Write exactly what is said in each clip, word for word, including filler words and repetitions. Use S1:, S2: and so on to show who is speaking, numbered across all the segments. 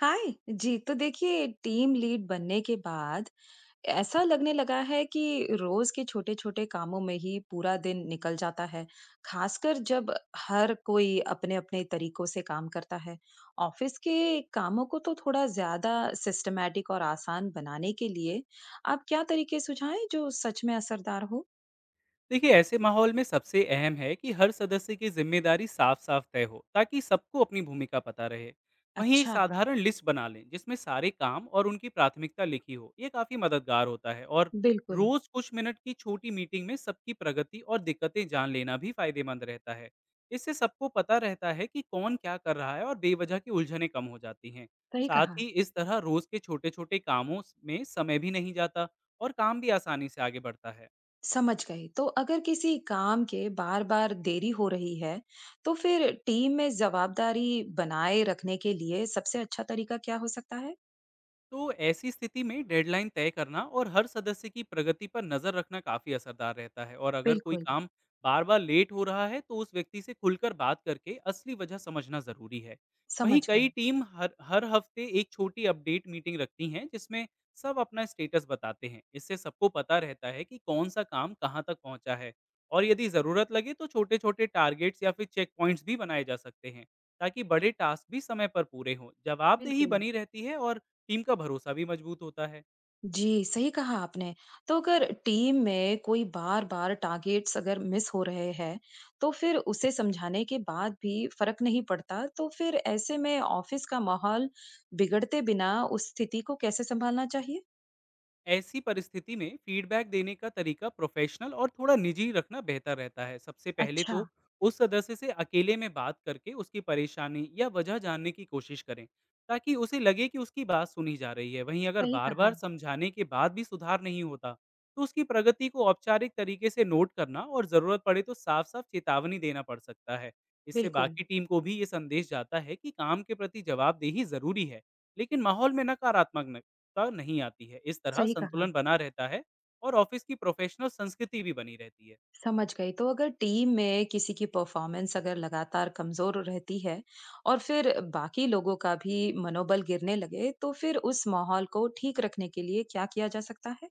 S1: हाय जी। तो देखिए, team lead बनने के बाद ऐसा लगने लगा है कि रोज के छोटे छोटे कामों में ही पूरा दिन निकल जाता है। खासकर जब हर कोई अपने अपने तरीकों से काम करता है। ऑफिस के कामों को तो थोड़ा ज्यादा सिस्टमैटिक और आसान बनाने के लिए आप क्या तरीके सुझाएं जो सच में असरदार हो?
S2: देखिए, ऐसे माहौल में सबसे अहम है कि हर सदस्य की जिम्मेदारी साफ साफ तय हो ताकि सबको अपनी भूमिका पता रहे। वहीं एक
S1: अच्छा।
S2: साधारण लिस्ट बना लें जिसमें सारे काम और उनकी प्राथमिकता लिखी हो, ये काफ़ी मददगार होता है। और
S1: बिल्कुल।
S2: रोज़ कुछ मिनट की छोटी मीटिंग में सबकी प्रगति और दिक्कतें जान लेना भी फायदेमंद रहता है। इससे सबको पता रहता है कि कौन क्या कर रहा है और बेवजह की उलझनें कम हो जाती हैं।
S1: सही
S2: साथ
S1: कहा।
S2: ही इस तरह रोज़ के छोटे छोटे कामों में समय भी नहीं जाता और काम भी आसानी से आगे बढ़ता है।
S1: समझ गई। तो अगर किसी काम के बार-बार देरी हो रही है, तो फिर टीम में जवाबदारी बनाए रखने के लिए सबसे अच्छा तरीका क्या हो सकता है?
S2: तो ऐसी स्थिति में डेडलाइन तय करना और हर सदस्य की प्रगति पर नज़र रखना काफ़ी असरदार रहता है। और अगर कोई
S1: बिल्कुल।
S2: काम बार बार लेट हो रहा है तो उस व्यक्ति से खुलकर बात करके असली वजह समझना ज़रूरी है। वहीं
S1: समझ गई।
S2: कई टीम हर हर हफ्ते एक छोटी अपडेट मीटिंग रखती हैं जिसमें सब अपना स्टेटस बताते हैं। इससे सबको पता रहता है कि कौन सा काम कहाँ तक पहुँचा है। और यदि ज़रूरत लगे तो छोटे छोटे टारगेट्स या फिर चेक पॉइंट्स भी बनाए जा सकते हैं ताकि बड़े टास्क भी समय पर पूरे हों, जवाबदेही
S1: बिल्कुल।
S2: बनी रहती है और टीम का भरोसा भी मजबूत होता है।
S1: जी, सही कहा आपने। तो अगर टीम में कोई बार-बार टारगेट्स अगर मिस हो रहे हैं, तो फिर उसे समझाने के बाद भी फ़र्क नहीं पड़ता, तो फिर ऐसे में ऑफ़िस का माहौल बिगड़ते बिना उस स्थिति को कैसे सँभालना चाहिए?
S2: ऐसी परिस्थिति में फीडबैक देने का तरीका प्रोफेशनल और थोड़ा निजी रखना बेहतर रहता है। सबसे पहले
S1: अच्छा।
S2: तो उस सदस्य से अकेले में बात करके उसकी परेशानी या वजह जानने की कोशिश करें ताकि उसे लगे कि उसकी बात सुनी जा रही है। वहीं अगर
S1: सही
S2: बार
S1: कहा।
S2: बार समझाने के बाद भी सुधार नहीं होता तो उसकी प्रगति को औपचारिक तरीके से नोट करना और ज़रूरत पड़े तो साफ साफ चेतावनी देना पड़ सकता है। इससे
S1: बिल्कुल।
S2: बाकी टीम को भी ये संदेश जाता है कि काम के प्रति जवाबदेही ज़रूरी है, लेकिन माहौल में नकारात्मक नहीं आती है। इस तरह
S1: सही कहा।
S2: संतुलन बना रहता है और ऑफ़िस की प्रोफ़ेशनल संस्कृति भी बनी रहती है।
S1: समझ गई। तो अगर टीम में किसी की परफॉर्मेंस अगर लगातार कमजोर रहती है और फिर बाकी लोगों का भी मनोबल गिरने लगे, तो फिर उस माहौल को ठीक रखने के लिए क्या किया जा सकता है?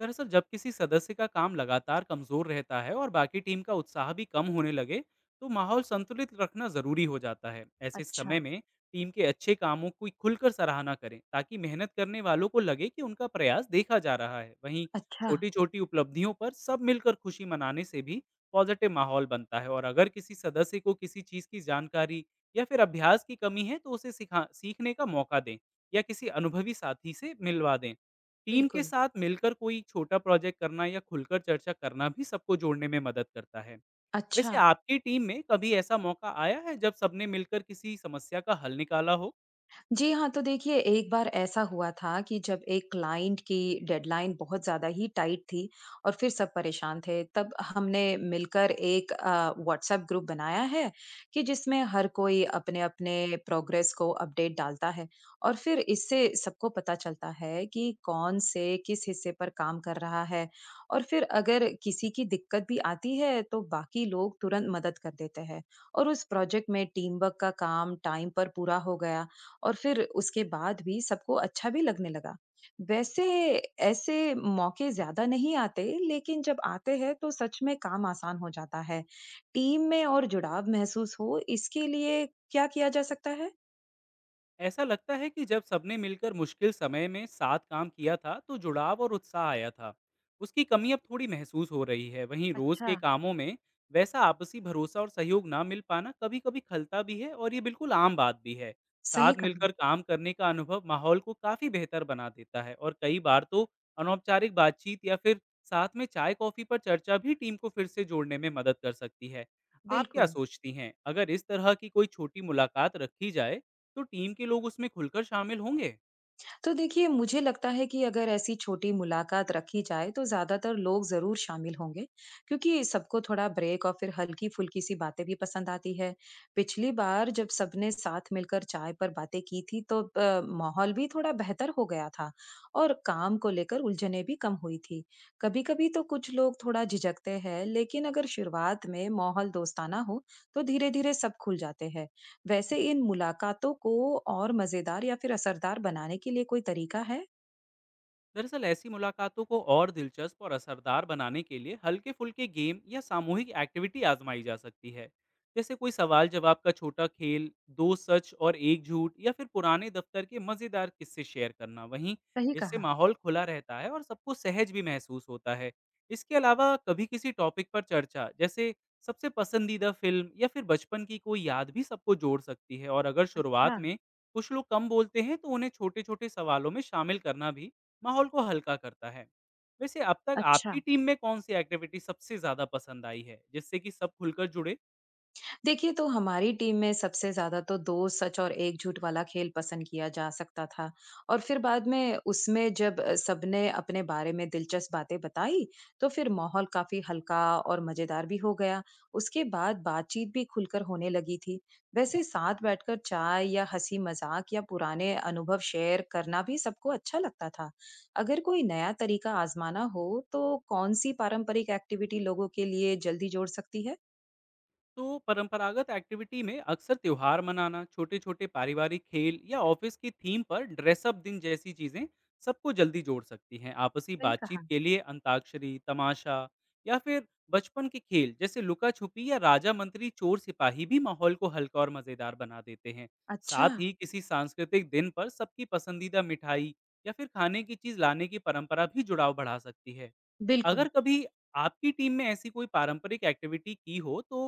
S2: दरअसल जब किसी सदस्य का काम लगातार कमजोर रहता है और बाकी टीम का उत्साह भी कम होने लगे तो माहौल संतुलित रखना जरूरी हो जाता है। ऐसे
S1: अच्छा।
S2: समय में टीम के अच्छे कामों की खुलकर सराहना करें ताकि मेहनत करने वालों को लगे कि उनका प्रयास देखा जा रहा है। वहीं
S1: अच्छा।
S2: छोटी छोटी उपलब्धियों पर सब मिलकर खुशी मनाने से भी पॉजिटिव माहौल बनता है। और अगर किसी सदस्य को किसी चीज़ की जानकारी या फिर अभ्यास की कमी है तो उसे सिखा सीखने का मौका दें या किसी अनुभवी साथी से मिलवा दें। टीम के
S1: बिल्कुल।
S2: साथ मिलकर कोई छोटा प्रोजेक्ट करना या खुलकर चर्चा करना भी सबको जोड़ने में मदद करता है। वैसे
S1: अच्छा।
S2: आपकी टीम में कभी ऐसा मौका आया है जब सबने मिलकर किसी समस्या का हल निकाला हो?
S1: जी हाँ, तो देखिए, एक बार ऐसा हुआ था कि जब एक क्लाइंट की डेडलाइन बहुत ज़्यादा ही टाइट थी और फिर सब परेशान थे, तब हमने मिलकर एक अ, व्हाट्सएप ग्रुप बनाया है कि जिसमें हर कोई अपने-अपने प्रोग्रेस को अपडेट डालता है। और फिर इससे सबको पता चलता है कि कौन से किस हिस्से पर काम कर रहा है। और फिर अगर किसी की दिक्कत भी आती है, तो बाकी लोग तुरंत मदद कर देते हैं। और उस प्रोजेक्ट में टीम वर्क का काम टाइम पर पूरा हो गया। और फिर उसके बाद भी सबको अच्छा भी लगने लगा। वैसे ऐसे मौके ज़्यादा नहीं आते, लेकिन जब आते हैं तो सच में काम आसान हो जाता है। टीम में और जुड़ाव महसूस हो इसके लिए क्या किया जा सकता है?
S2: ऐसा लगता है कि जब सबने मिलकर मुश्किल समय में साथ काम किया था तो जुड़ाव और उत्साह आया था, उसकी कमी अब थोड़ी महसूस हो रही है। वहीं रोज के
S1: अच्छा।
S2: कामों में वैसा आपसी भरोसा और सहयोग ना मिल पाना कभी कभी खलता भी है और ये बिल्कुल आम बात भी है। साथ
S1: सही कहा।
S2: मिलकर काम करने का अनुभव माहौल को काफी बेहतर बना देता है। और कई बार तो अनौपचारिक बातचीत या फिर साथ में चाय कॉफी पर चर्चा भी टीम को फिर से जोड़ने में मदद कर सकती है। आप क्या
S1: बिल्कुल।
S2: सोचती हैं, अगर इस तरह की कोई छोटी मुलाकात रखी जाए तो टीम के लोग उसमें खुलकर शामिल होंगे?
S1: तो देखिए, मुझे लगता है कि अगर ऐसी छोटी मुलाकात रखी जाए तो ज्यादातर लोग जरूर शामिल होंगे, क्योंकि सबको थोड़ा ब्रेक और फिर हल्की फुल्की सी बातें भी पसंद आती है। पिछली बार जब सबने साथ मिलकर चाय पर बातें की थी तो अ, माहौल भी थोड़ा बेहतर हो गया था और काम को लेकर उलझने भी कम हुई थी। कभी कभी तो कुछ लोग थोड़ा झिझकते हैं, लेकिन अगर शुरुआत में माहौल दोस्ताना हो तो धीरे धीरे सब खुल जाते हैं। वैसे इन मुलाकातों को और मजेदार या फिर असरदार बनाने के लिए कोई तरीका है?
S2: दरअसल ऐसी मुलाकातों को और दिलचस्प और असरदार बनाने के लिए हल्के फुल्के गेम या सामूहिक एक्टिविटी आजमाई जा सकती है। जैसे कोई सवाल जवाब का छोटा खेल, दो सच और एक झूठ, या फिर पुराने दफ्तर के मज़ेदार किस्से शेयर करना। वहीं
S1: सही
S2: इससे
S1: कहा।
S2: माहौल खुला रहता है और सबको सहज भी महसूस होता है। इसके अलावा कभी किसी टॉपिक पर चर्चा, जैसे सबसे पसंदीदा फिल्म या फिर बचपन की कोई याद, भी सबको जोड़ सकती है। और अगर
S1: अच्छा।
S2: शुरुआत में कुछ लोग कम बोलते हैं तो उन्हें छोटे छोटे सवालों में शामिल करना भी माहौल को हल्का करता है। वैसे अब तक
S1: अच्छा।
S2: आपकी टीम में कौन-सी एक्टिविटी सबसे ज़्यादा पसंद आई है, जिससे कि सब खुलकर जुड़े?
S1: देखिए, तो हमारी टीम में सबसे ज्यादा तो दो सच और एकझूठ वाला खेल पसंद किया जा सकता था। और फिर बाद में उसमें जब अ, सबने अपने बारे में दिलचस्प बातें बताई, तो फिर माहौल काफी हल्का और मजेदार भी हो गया। उसके बाद बातचीत भी खुलकर होने लगी थी। वैसे साथ बैठकर चाय या हंसी मजाक या पुराने अनुभव शेयर करना भी सबको अच्छा लगता था। अगर कोई नया तरीका आजमाना हो तो कौन सी पारंपरिक एक्टिविटी लोगों के लिए जल्दी जोड़ सकती है?
S2: तो परंपरागत एक्टिविटी में अक्सर त्योहार मनाना, छोटे छोटे पारिवारिक खेल, या ऑफिस की थीम पर ड्रेसअप दिन जैसी चीजें सबको जल्दी जोड़ सकती हैं। आपसी
S1: सही
S2: बातचीत
S1: कहा।
S2: के लिए अंताक्षरी, तमाशा, या फिर बचपन के खेल जैसे लुका छुपी या राजा मंत्री चोर सिपाही भी माहौल को हल्का और मजेदार बना देते हैं।
S1: अच्छा।
S2: साथ ही किसी सांस्कृतिक दिन पर सबकी पसंदीदा मिठाई या फिर खाने की चीज लाने की परंपरा भी जुड़ाव बढ़ा सकती है।
S1: बिल्कुल।
S2: अगर कभी आपकी टीम में ऐसी कोई पारंपरिक एक्टिविटी की हो तो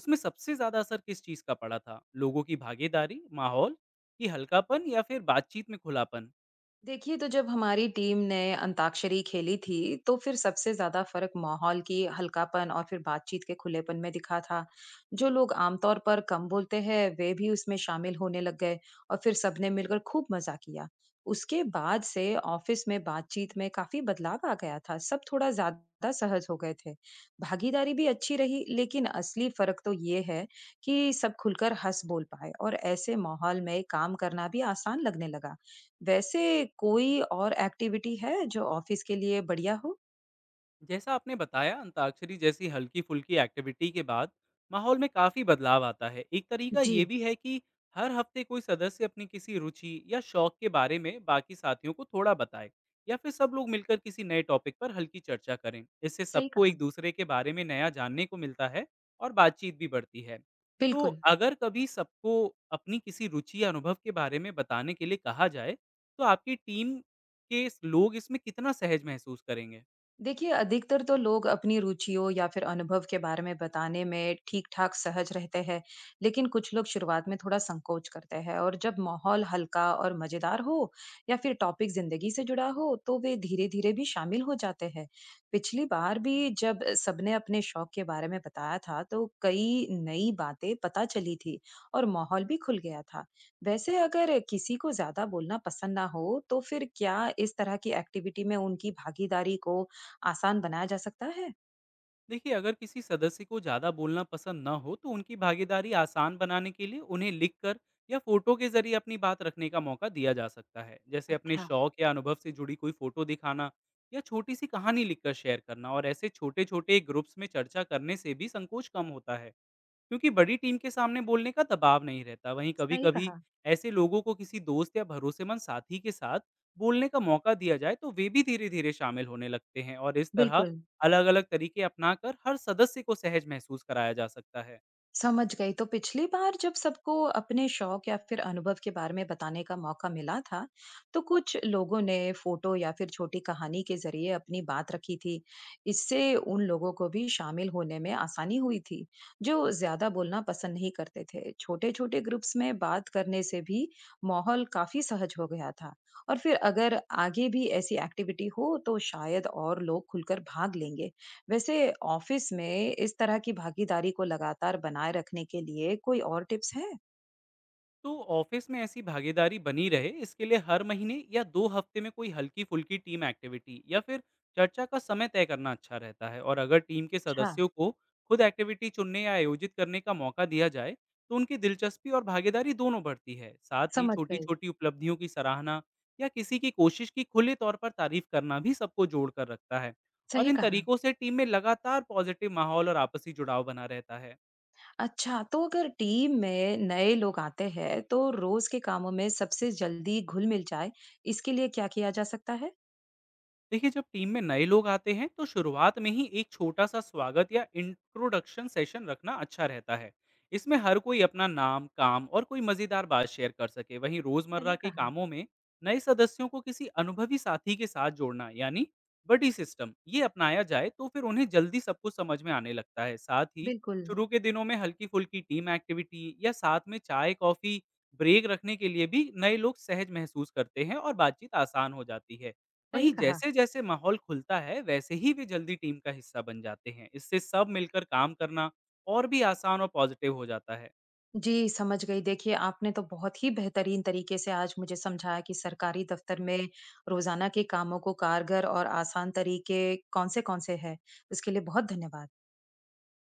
S2: उसमें सबसे ज्यादा असर किस चीज का पड़ा था? लोगों की भागीदारी, माहौल कि हल्कापन, या फिर बातचीत में खुलापन?
S1: देखिए, तो जब हमारी टीम ने अंताक्षरी खेली थी, तो फिर सबसे ज़्यादा फ़र्क माहौल की हल्कापन और फिर बातचीत के खुलेपन में दिखा था। जो लोग आमतौर पर कम बोलते हैं, वे भी उसमें शामिल होने लग गए और फिर सबने मिलकर खूब मज़ा किया। उसके बाद से ऑफ़िस में बातचीत में काफ़ी बदलाव आ गया था। सब थोड़ा ज़्यादा सहज हो गए थे। भागीदारी भी अच्छी रही, लेकिन असली फ़र्क तो ये है कि सब खुलकर हँस बोल पाए और ऐसे माहौल में काम करना भी आसान लगने लगा। वैसे कोई और एक्टिविटी है जो ऑफिस के लिए बढ़िया हो?
S2: जैसा आपने बताया, अंताक्षरी जैसी हल्की फुल्की एक्टिविटी के बाद माहौल में काफी बदलाव आता है। एक तरीका ये
S1: जी,
S2: भी है कि हर हफ्ते कोई सदस्य अपनी किसी रुचि या शौक के बारे में बाकी साथियों को थोड़ा बताए, या फिर सब लोग मिलकर किसी नए टॉपिक पर हल्की चर्चा करें। इससे
S1: सही
S2: सबको
S1: कहा।
S2: एक दूसरे के बारे में नया जानने को मिलता है और बातचीत भी बढ़ती है। तो
S1: बिल्कुल।
S2: अगर कभी सबको अपनी किसी रुचि या अनुभव के बारे में बताने के लिए कहा जाए तो आपकी टीम के लोग इसमें कितना सहज महसूस करेंगे?
S1: देखिए, अधिकतर तो लोग अपनी रुचियों या फिर अनुभव के बारे में बताने में ठीक-ठाक सहज रहते हैं, लेकिन कुछ लोग शुरुआत में थोड़ा संकोच करते हैं और जब माहौल हल्का और मज़ेदार हो या फिर टॉपिक ज़िंदगी से जुड़ा हो, तो वे धीरे-धीरे भी शामिल हो जाते हैं। पिछली बार भी जब सबने अपने शौक के बारे में बताया था, तो कई नई बातें पता चली थी और माहौल भी खुल गया था। वैसे अगर किसी को ज़्यादा बोलना पसंद ना हो, तो फिर क्या इस तरह की एक्टिविटी में उनकी भागीदारी को आसान बनाया जा सकता है?
S2: देखिए, अगर किसी सदस्य को ज़्यादा बोलना पसंद ना हो तो उनकी भागीदारी आसान बनाने के लिए उन्हें लिखकर या फोटो के जरिए अपनी बात रखने का मौका दिया जा सकता है। जैसे अपने
S1: अच्छा।
S2: शौक या अनुभव से जुड़ी कोई फोटो दिखाना या छोटी सी कहानी लिखकर शेयर करना। और ऐसे छोटे छोटे ग्रुप्स में चर्चा करने से भी संकोच कम होता है, क्योंकि बड़ी टीम के सामने बोलने का दबाव नहीं रहता। वहीं
S1: सही
S2: कभी-कभी
S1: कहा।
S2: ऐसे लोगों को किसी दोस्त या भरोसेमंद साथी के साथ बोलने का मौका दिया जाए, तो वे भी धीरे-धीरे शामिल होने लगते हैं। और इस तरह
S1: बिल्कुल।
S2: अलग-अलग तरीके अपनाकर हर सदस्य को सहज महसूस कराया जा सकता है।
S1: समझ गई। तो पिछली बार जब सबको अपने शौक या फिर अनुभव के बारे में बताने का मौका मिला था, तो कुछ लोगों ने फोटो या फिर छोटी कहानी के ज़रिए अपनी बात रखी थी। इससे उन लोगों को भी शामिल होने में आसानी हुई थी, जो ज़्यादा बोलना पसंद नहीं करते थे। छोटे-छोटे ग्रुप्स में बात करने से भी माहौल काफ़ी सहज हो गया था। और फिर अगर आगे भी ऐसी एक्टिविटी हो, तो शायद और लोग खुलकर भाग लेंगे। वैसे ऑफिस में इस तरह की भागीदारी को लगातार बनाए रखने के लिए कोई और टिप्स है?
S2: तो ऑफिस में ऐसी भागीदारी बनी रहे, इसके लिए हर महीने या दो हफ्ते में कोई हल्की फुल्की टीम एक्टिविटी या फिर चर्चा का समय तय करना अच्छा रहता है। और अगर टीम के
S1: अच्छा।
S2: सदस्यों को खुद एक्टिविटी चुनने या आयोजित करने का मौका दिया जाए तो उनकी दिलचस्पी और भागीदारी दोनों बढ़ती है। साथ ही
S1: समझ
S2: छोटी
S1: गई।
S2: छोटी उपलब्धियों की सराहना या किसी की कोशिश की खुले तौर पर तारीफ करना भी सबको जोड़ कर रखता है। और
S1: सही
S2: इन
S1: कहा।
S2: तरीकों से टीम में लगातार पॉजिटिव माहौल और आपसी जुड़ाव बना रहता है।
S1: अच्छा। तो अगर टीम में नए लोग आते हैं तो रोज के कामों में सबसे जल्दी घुल मिल जाए इसके लिए क्या किया जा सकता है?
S2: देखिए, जब टीम में नए लोग आते हैं तो शुरुआत में ही एक छोटा सा स्वागत या इंट्रोडक्शन सेशन रखना अच्छा रहता है, इसमें हर कोई अपना नाम, काम और कोई मजेदार बात शेयर कर सके। वहीं रोजमर्रा
S1: सही
S2: के
S1: कहा।
S2: कामों में नए सदस्यों को किसी अनुभवी साथी के साथ जोड़ना, यानी बडी सिस्टम, ये अपनाया जाए तो फिर उन्हें जल्दी सब कुछ समझ में आने लगता है। साथ ही
S1: बिल्कुल।
S2: शुरू के दिनों में हल्की फुल्की टीम एक्टिविटी या साथ में चाय कॉफी ब्रेक रखने के लिए भी नए लोग सहज महसूस करते हैं और बातचीत आसान हो जाती है।
S1: सही
S2: वहीं
S1: कहा।
S2: जैसे-जैसे माहौल खुलता है, वैसे ही वे जल्दी टीम का हिस्सा बन जाते हैं। इससे सब मिलकर काम करना और भी आसान और पॉजिटिव हो जाता है।
S1: जी, समझ गई। देखिए, आपने तो बहुत ही बेहतरीन तरीके से आज मुझे समझाया कि सरकारी दफ्तर में रोजाना के कामों को कारगर और आसान तरीके कौन से कौन से हैं। उसके लिए बहुत धन्यवाद।